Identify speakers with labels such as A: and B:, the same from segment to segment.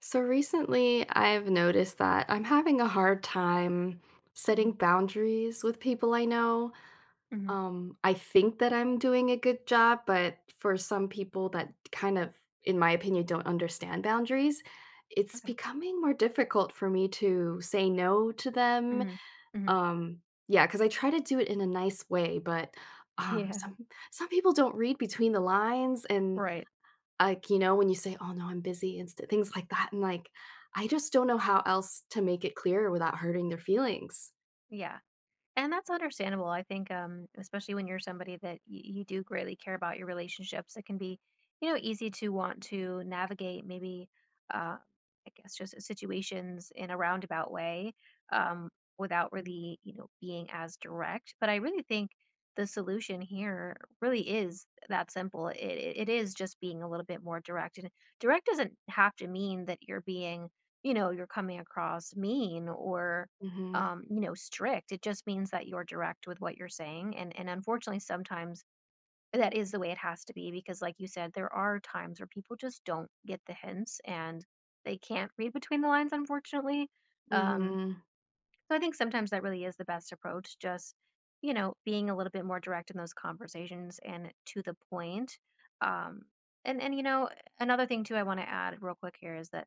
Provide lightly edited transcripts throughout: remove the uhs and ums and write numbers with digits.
A: So recently, I've noticed that I'm having a hard time setting
B: Mhm,
A: boundaries with people I know.
B: mhm.
A: I think that I'm doing a good job, but for some people that kind of, in my opinion, don't understand boundaries, it's
B: Okay.
A: becoming more difficult for me to say no to them.
B: Mhm, mhm.
A: Um, yeah, because I try to do it in a nice way, but um,
B: Yeah,
A: some some people don't read between the lines, and
B: right.
A: like, you know, when you say, "Oh, no, I'm busy," and st things like that, and, like, I just don't know how else to make it clear without hurting their feelings.
B: Yeah, and that's understandable. I think, especially when you're somebody that you do greatly care about your relationships, it can be, you know, easy to want to navigate maybe, uh, I guess, just situations in a roundabout way, um, without
A: Mhm.
B: really, you know, being as direct. But I really think the solution here really is that simple. It is just being a little bit more direct. And direct doesn't have to mean that you're being, you know, you're coming across mean or,
A: Mhm.
B: you know, strict. It just means that you're direct with what you're saying. And unfortunately, sometimes that is the way it has to be because, like you said, there are times where people just don't get the hints and they can't read between the lines, unfortunately. Um,
A: Mhm.
B: so I think sometimes that really is the best approach, just, you know, being a little bit more direct in those conversations and to the point. Um, and you know, another thing too I want to add real quick here is that,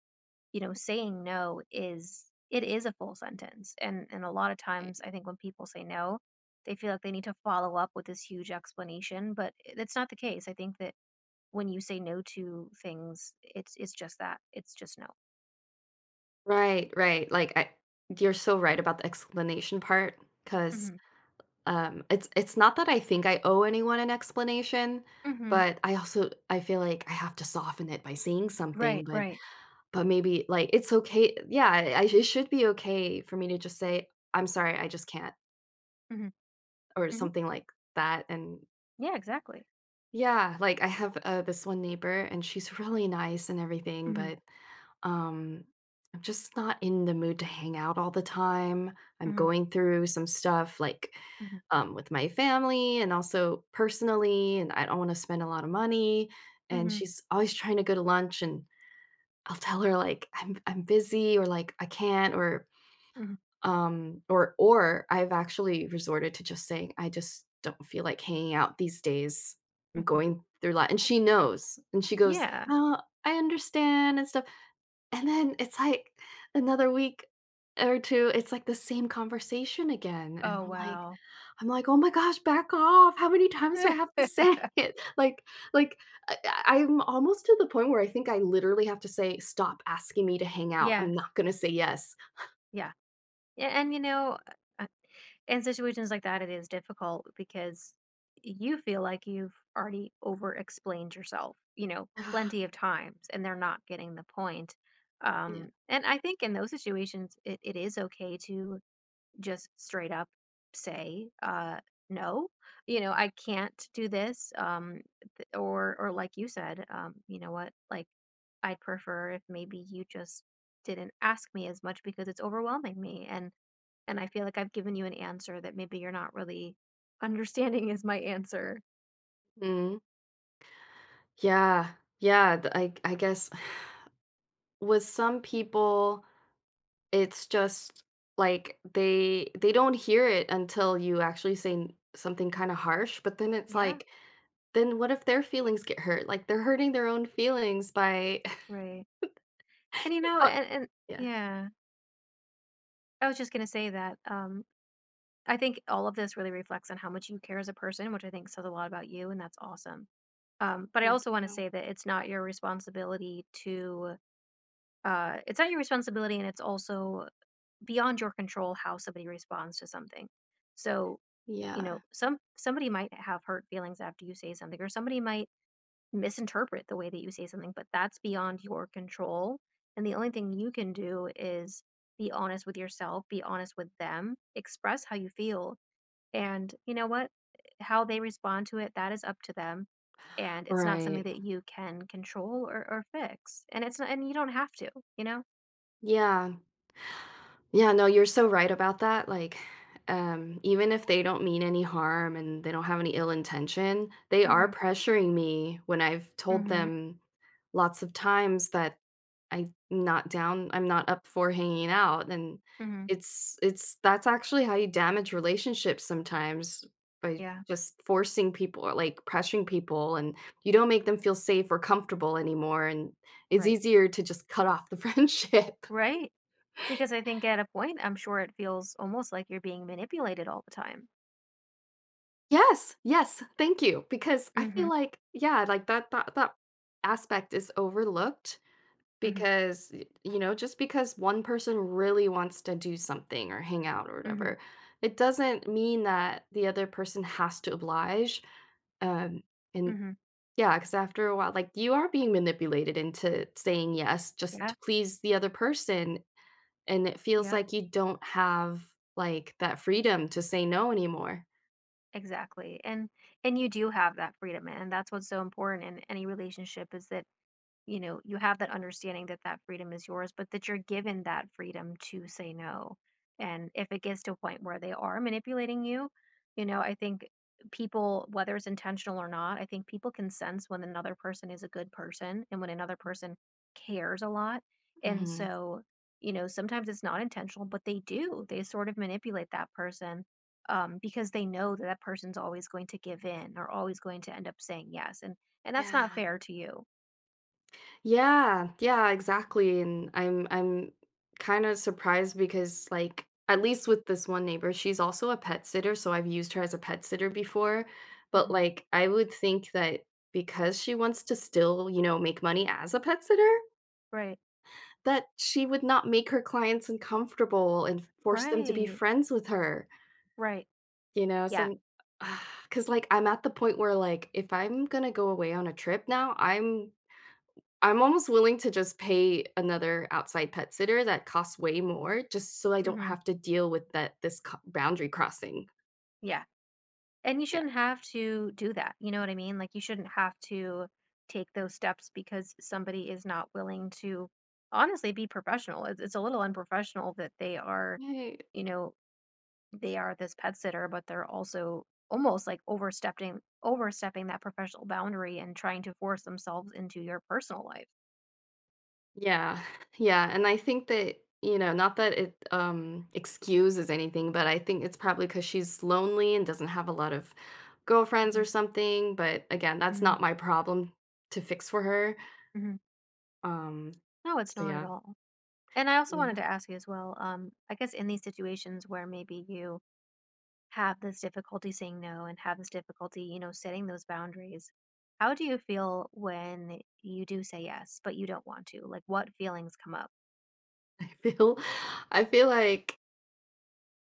B: you know, saying no is it is a full sentence. And a lot of times
A: Right.
B: I think when people say no, they feel like they need to follow up with this huge explanation, but that's not the case. I think that when you say no to things, it's just that. It's just no.
A: Right, right, like, I you're so right about the explanation part 'cause,
B: Mhm.
A: um, it's not that I think I owe anyone an explanation,
B: Mhm.
A: but I also I feel like I have to soften it by saying something,
B: Right, right.
A: but maybe, like, it's okay yeah, I it should be okay for me to just say, "I'm sorry, I just can't,"
B: Mhm.
A: or
B: Mhm.
A: something like that, and
B: Yeah, exactly.
A: yeah, like I have this one neighbor and she's really nice and everything,
B: Mhm,
A: but um I'm just not in the mood to hang out all the time. I'm
B: mhm,
A: going through some stuff like
B: mhm,
A: with my family and also personally, and I don't want to spend a lot of money, and
B: mhm,
A: she's always trying to go to lunch, and I'll tell her like I'm busy or like I can't or
B: mhm,
A: or I've actually resorted to just saying, "I just don't feel like hanging out these days. I'm
B: mhm.
A: going through a lot." And she knows, and she goes,
B: Yeah.
A: "Oh, I understand," and stuff. And then it's like another week or 2, it's like the same conversation again, and
B: Oh,
A: I'm like
B: wow.
A: I'm like, "Oh my gosh, back off. How many times do I have to say it?" Like, I'm almost to the point where I think I literally have to say, "Stop asking me to hang out. I'm
B: Yes.
A: not gonna say yes."
B: Yeah. Yeah, and, you know, uh, in situations like that, it is difficult because you feel like you've already over-explained yourself, you know, plenty of times, and they're not getting the point.
A: Yeah.
B: And I think in those situations, it is okay to just straight up say, no, you know, I can't do this. Or like you said, you know what, like I'd prefer if maybe you just didn't ask me as much because it's overwhelming me. And I feel like I've given you an answer that maybe you're not really understanding is my answer.
A: Mhm. Yeah, yeah, th I guess with some people, it's just, like, they don't hear it until you actually say n something kinda harsh, but then it's
B: Yeah.
A: like, then what if their feelings get hurt? Like, they're hurting their own feelings by
B: Right. And you know,
A: but
B: and
A: yeah,
B: yeah, I was just going to say that, I think all of this really reflects on how much you care as a person, which I think says a lot about you, and that's awesome. But I
A: thank
B: also want to
A: you.
B: say that it's not your responsibility to, it's not your responsibility, and it's also beyond your control how somebody responds to something. So you know,
A: Yeah,
B: somebody might have hurt feelings after you say something, or somebody might misinterpret the way that you say something, but that's beyond your control. And the only thing you can do is be honest with yourself, be honest with them, express how you feel, and you know what? How they respond to it, that is up to them. And it's not something
A: right.
B: that you can control or fix. And it's not, and you don't have to, you know?
A: Yeah, yeah, no, you're so right about that, like, even if they don't mean any harm and they don't have any ill intention, they are
B: Mm-hmm.
A: pressuring me when I've told
B: Mm-hmm.
A: them lots of times that I'm not up for hanging out, and
B: Mm-hmm.
A: it's that's actually how you damage relationships sometimes by
B: Yeah.
A: just forcing people or, like, pressuring people, and you don't make them feel safe or comfortable anymore, and it's
B: Right.
A: easier to just cut off the friendship.
B: Right. Because I think at a point, I'm sure it feels almost like you're being manipulated all the time.
A: Yes, yes, thank you, because I
B: Mm-hmm.
A: feel like yeah, like, that aspect is overlooked.
B: Mm-hmm.
A: Because, y you know, just because one person really wants to do something or hang out or
B: Mm-hmm.
A: whatever, it doesn't mean that the other person has to oblige, um, and
B: Mm-hmm.
A: yeah, because after a while, like, you are being manipulated into saying yes just
B: Yeah.
A: to please the other person, and it feels
B: Yep.
A: like you don't have, like, that freedom to say no anymore.
B: Exactly. And you do have that freedom and that's what's so important in any relationship is that you know, you have that understanding that that freedom is yours, but that you're given that freedom to say no. And if it gets to a point where they are manipulating you, you know, I think people, whether it's intentional or not, I think people can sense when another person is a good person and when another person cares a lot. And
A: Mhm.
B: so, you know, sometimes it's not intentional, but they do. They sort of manipulate that person, because they know that that person's always going to give in or always going to end up saying yes. And that's not
A: Yeah.
B: fair to you.
A: Yeah, yeah, exactly, and I'm kinda surprised because, like, at least with this one neighbor, she's also a pet sitter, so I've used her as a pet sitter before, but,
B: Mhm.
A: like, I would think that because she wants to still, you know, make money as a pet sitter,
B: Right.
A: that she would not make her clients uncomfortable and force them to be
B: Right.
A: friends with her,
B: Right.
A: you know, so
B: Yeah.
A: I'm 'cause, like, I'm at the point where, like, if I'm gonna go away on a trip now, I'm almost willing to just pay another outside pet sitter that costs way more just so I don't
B: Hmm.
A: have to deal with that this co boundary crossing.
B: Yeah. And you
A: Yeah.
B: shouldn't have to do that. You know what I mean? Like, you shouldn't have to take those steps because somebody is not willing to honestly be professional. It's a little unprofessional that they are,
A: Right.
B: you know, they are this pet sitter, but they're also almost like overstepping that professional boundary and trying to force themselves into your personal life.
A: Yeah. Yeah, and I think that, you know, not that it, excuses anything, but I think it's probably because she's lonely and doesn't have a lot of girlfriends or
B: Hmm.
A: something, but again, that's not
B: Hmm.
A: my problem to fix for her.
B: Hmm.
A: Um,
B: No, it's
A: so
B: not at
A: yeah.
B: all. And I also wanted
A: Yeah.
B: to ask you as well, I guess in these situations where maybe you have this difficulty saying no and have this difficulty, you know, setting those boundaries, how do you feel when you do say yes, but you don't want to? Like what feelings come up?
A: I feel I feel like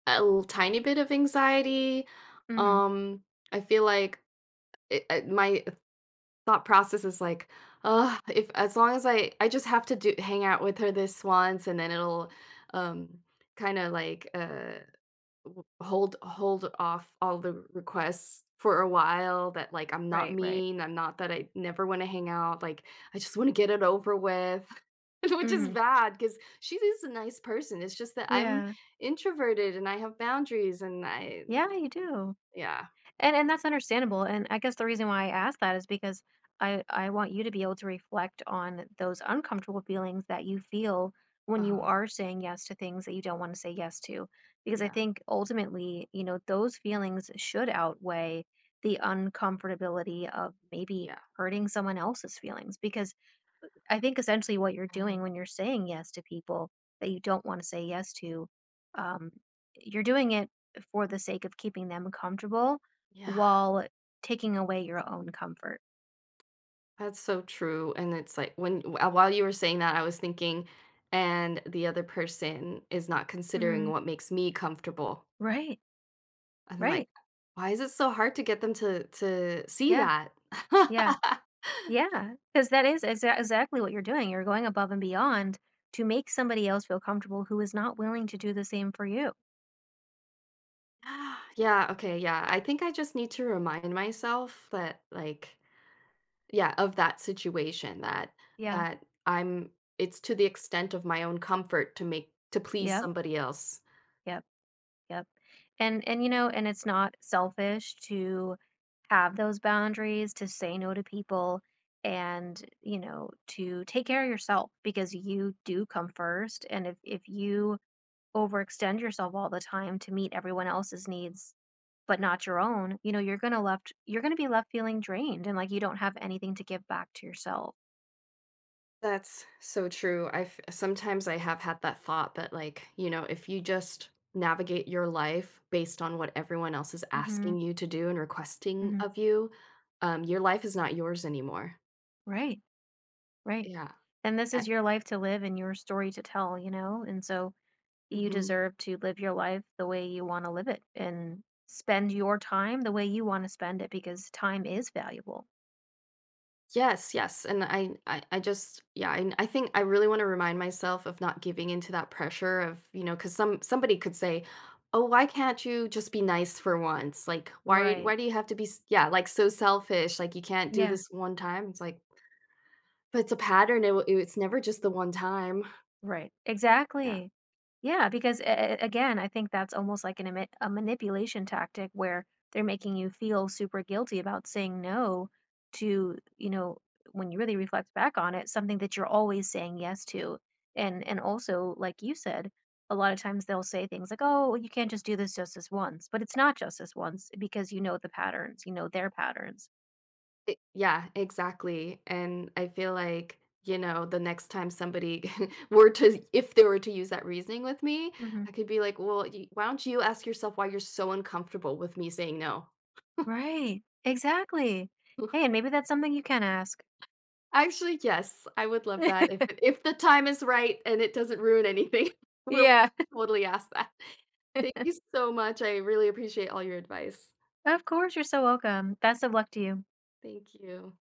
A: a l tiny bit of anxiety.
B: Hmm.
A: Um, I feel like it, my thought process is like, "Ugh, if as long as I just have to do hang out with her this once, and then it'll, um, kinda like, hold off all the requests for a while that like I'm not
B: Right, right.
A: mean, I'm not that I never want to hang out, like I just want to get it over with." Which is
B: Hmm.
A: bad because she is a nice person. It's just that I'm
B: Yeah.
A: introverted and I have boundaries and I
B: Yeah, you do.
A: yeah.
B: And that's understandable. And I guess the reason why I ask that is because I want you to be able to reflect on those uncomfortable feelings that you feel when you
A: Uh-huh.
B: are saying yes to things that you don't want to say yes to. Because I
A: Yeah.
B: think ultimately, you know, those feelings should outweigh the uncomfortability of maybe
A: Yeah.
B: hurting someone else's feelings because I think essentially what you're doing when
A: Right.
B: you're saying yes to people that you don't want to say yes to, um, you're doing it for the sake of keeping them comfortable
A: Yeah,
B: while taking away your own comfort.
A: that's so true. And it's like when wh- while you were saying that, I was thinking, and the other person is not
B: Hmm.
A: considering what makes me comfortable.
B: Right.
A: I'm like,
B: Right.
A: "Why is it so hard to get them to see
B: Yeah.
A: that?"
B: Yeah. Yeah. Because that is exactly what you're doing. You're going above and beyond to make somebody else feel comfortable who is not willing to do the same for you.
A: Yeah, okay, yeah, I think I just need to remind myself that, like yeah, of that situation that
B: Yeah.
A: that I'm it's to the extent of my own comfort to make to please
B: Yep.
A: somebody else.
B: Yep. Yep. And you know, and it's not selfish to have those boundaries, to say no to people and, you know, to take care of yourself because you do come first. And if you overextend yourself all the time to meet everyone else's needs but not your own, you know, you're going to be left feeling drained and like you don't have anything to give back to yourself.
A: That's so true. I've sometimes I have had that thought, that, like, you know, if you just navigate your life based on what everyone else is
B: Mhm.
A: asking you to do and requesting
B: Mhm.
A: of you, your life is not yours anymore.
B: Right. Right.
A: Yeah.
B: And this
A: I-
B: is your life to live and your story to tell, you know? And so you
A: mhm.
B: deserve to live your life the way you wanna live it and spend your time the way you wanna spend it because time is valuable.
A: Yes, yes, and I just yeah, I think I really wanna remind myself of not giving into that pressure of, you know, because some somebody could say, "Oh, why can't you just be nice for once? Like, why
B: Right.
A: why do you have to be s yeah, like, so selfish, like, you can't do
B: Yeah.
A: this one time." It's like, but it's a pattern, it w it's never just the one time.
B: Right.
A: Yeah.
B: Exactly. Yeah, because again, I think that's almost like an a manipulation tactic where they're making you feel super guilty about saying no to, you know, when you really reflect back on it, something that you're always saying yes to. And also, like you said, a lot of times they'll say things like, "Oh, you can't just do this just this once," but it's not just this once because you know the patterns, you know their patterns.
A: I yeah, exactly, and I feel like, you know, the next time somebody were to if they were to use that reasoning with me,
B: Hmm.
A: I could be like, "Well, y why don't you ask yourself why you're so uncomfortable with me saying no?"
B: Right. Exactly. Hey, and maybe that's something you can ask.
A: Actually, yes, I would love that if the time is right and it doesn't ruin anything, we'll
B: Yeah.
A: totally ask that. Thank you so much, I really appreciate all your advice.
B: Of course, you're so welcome. Best of luck to you.
A: Thank you.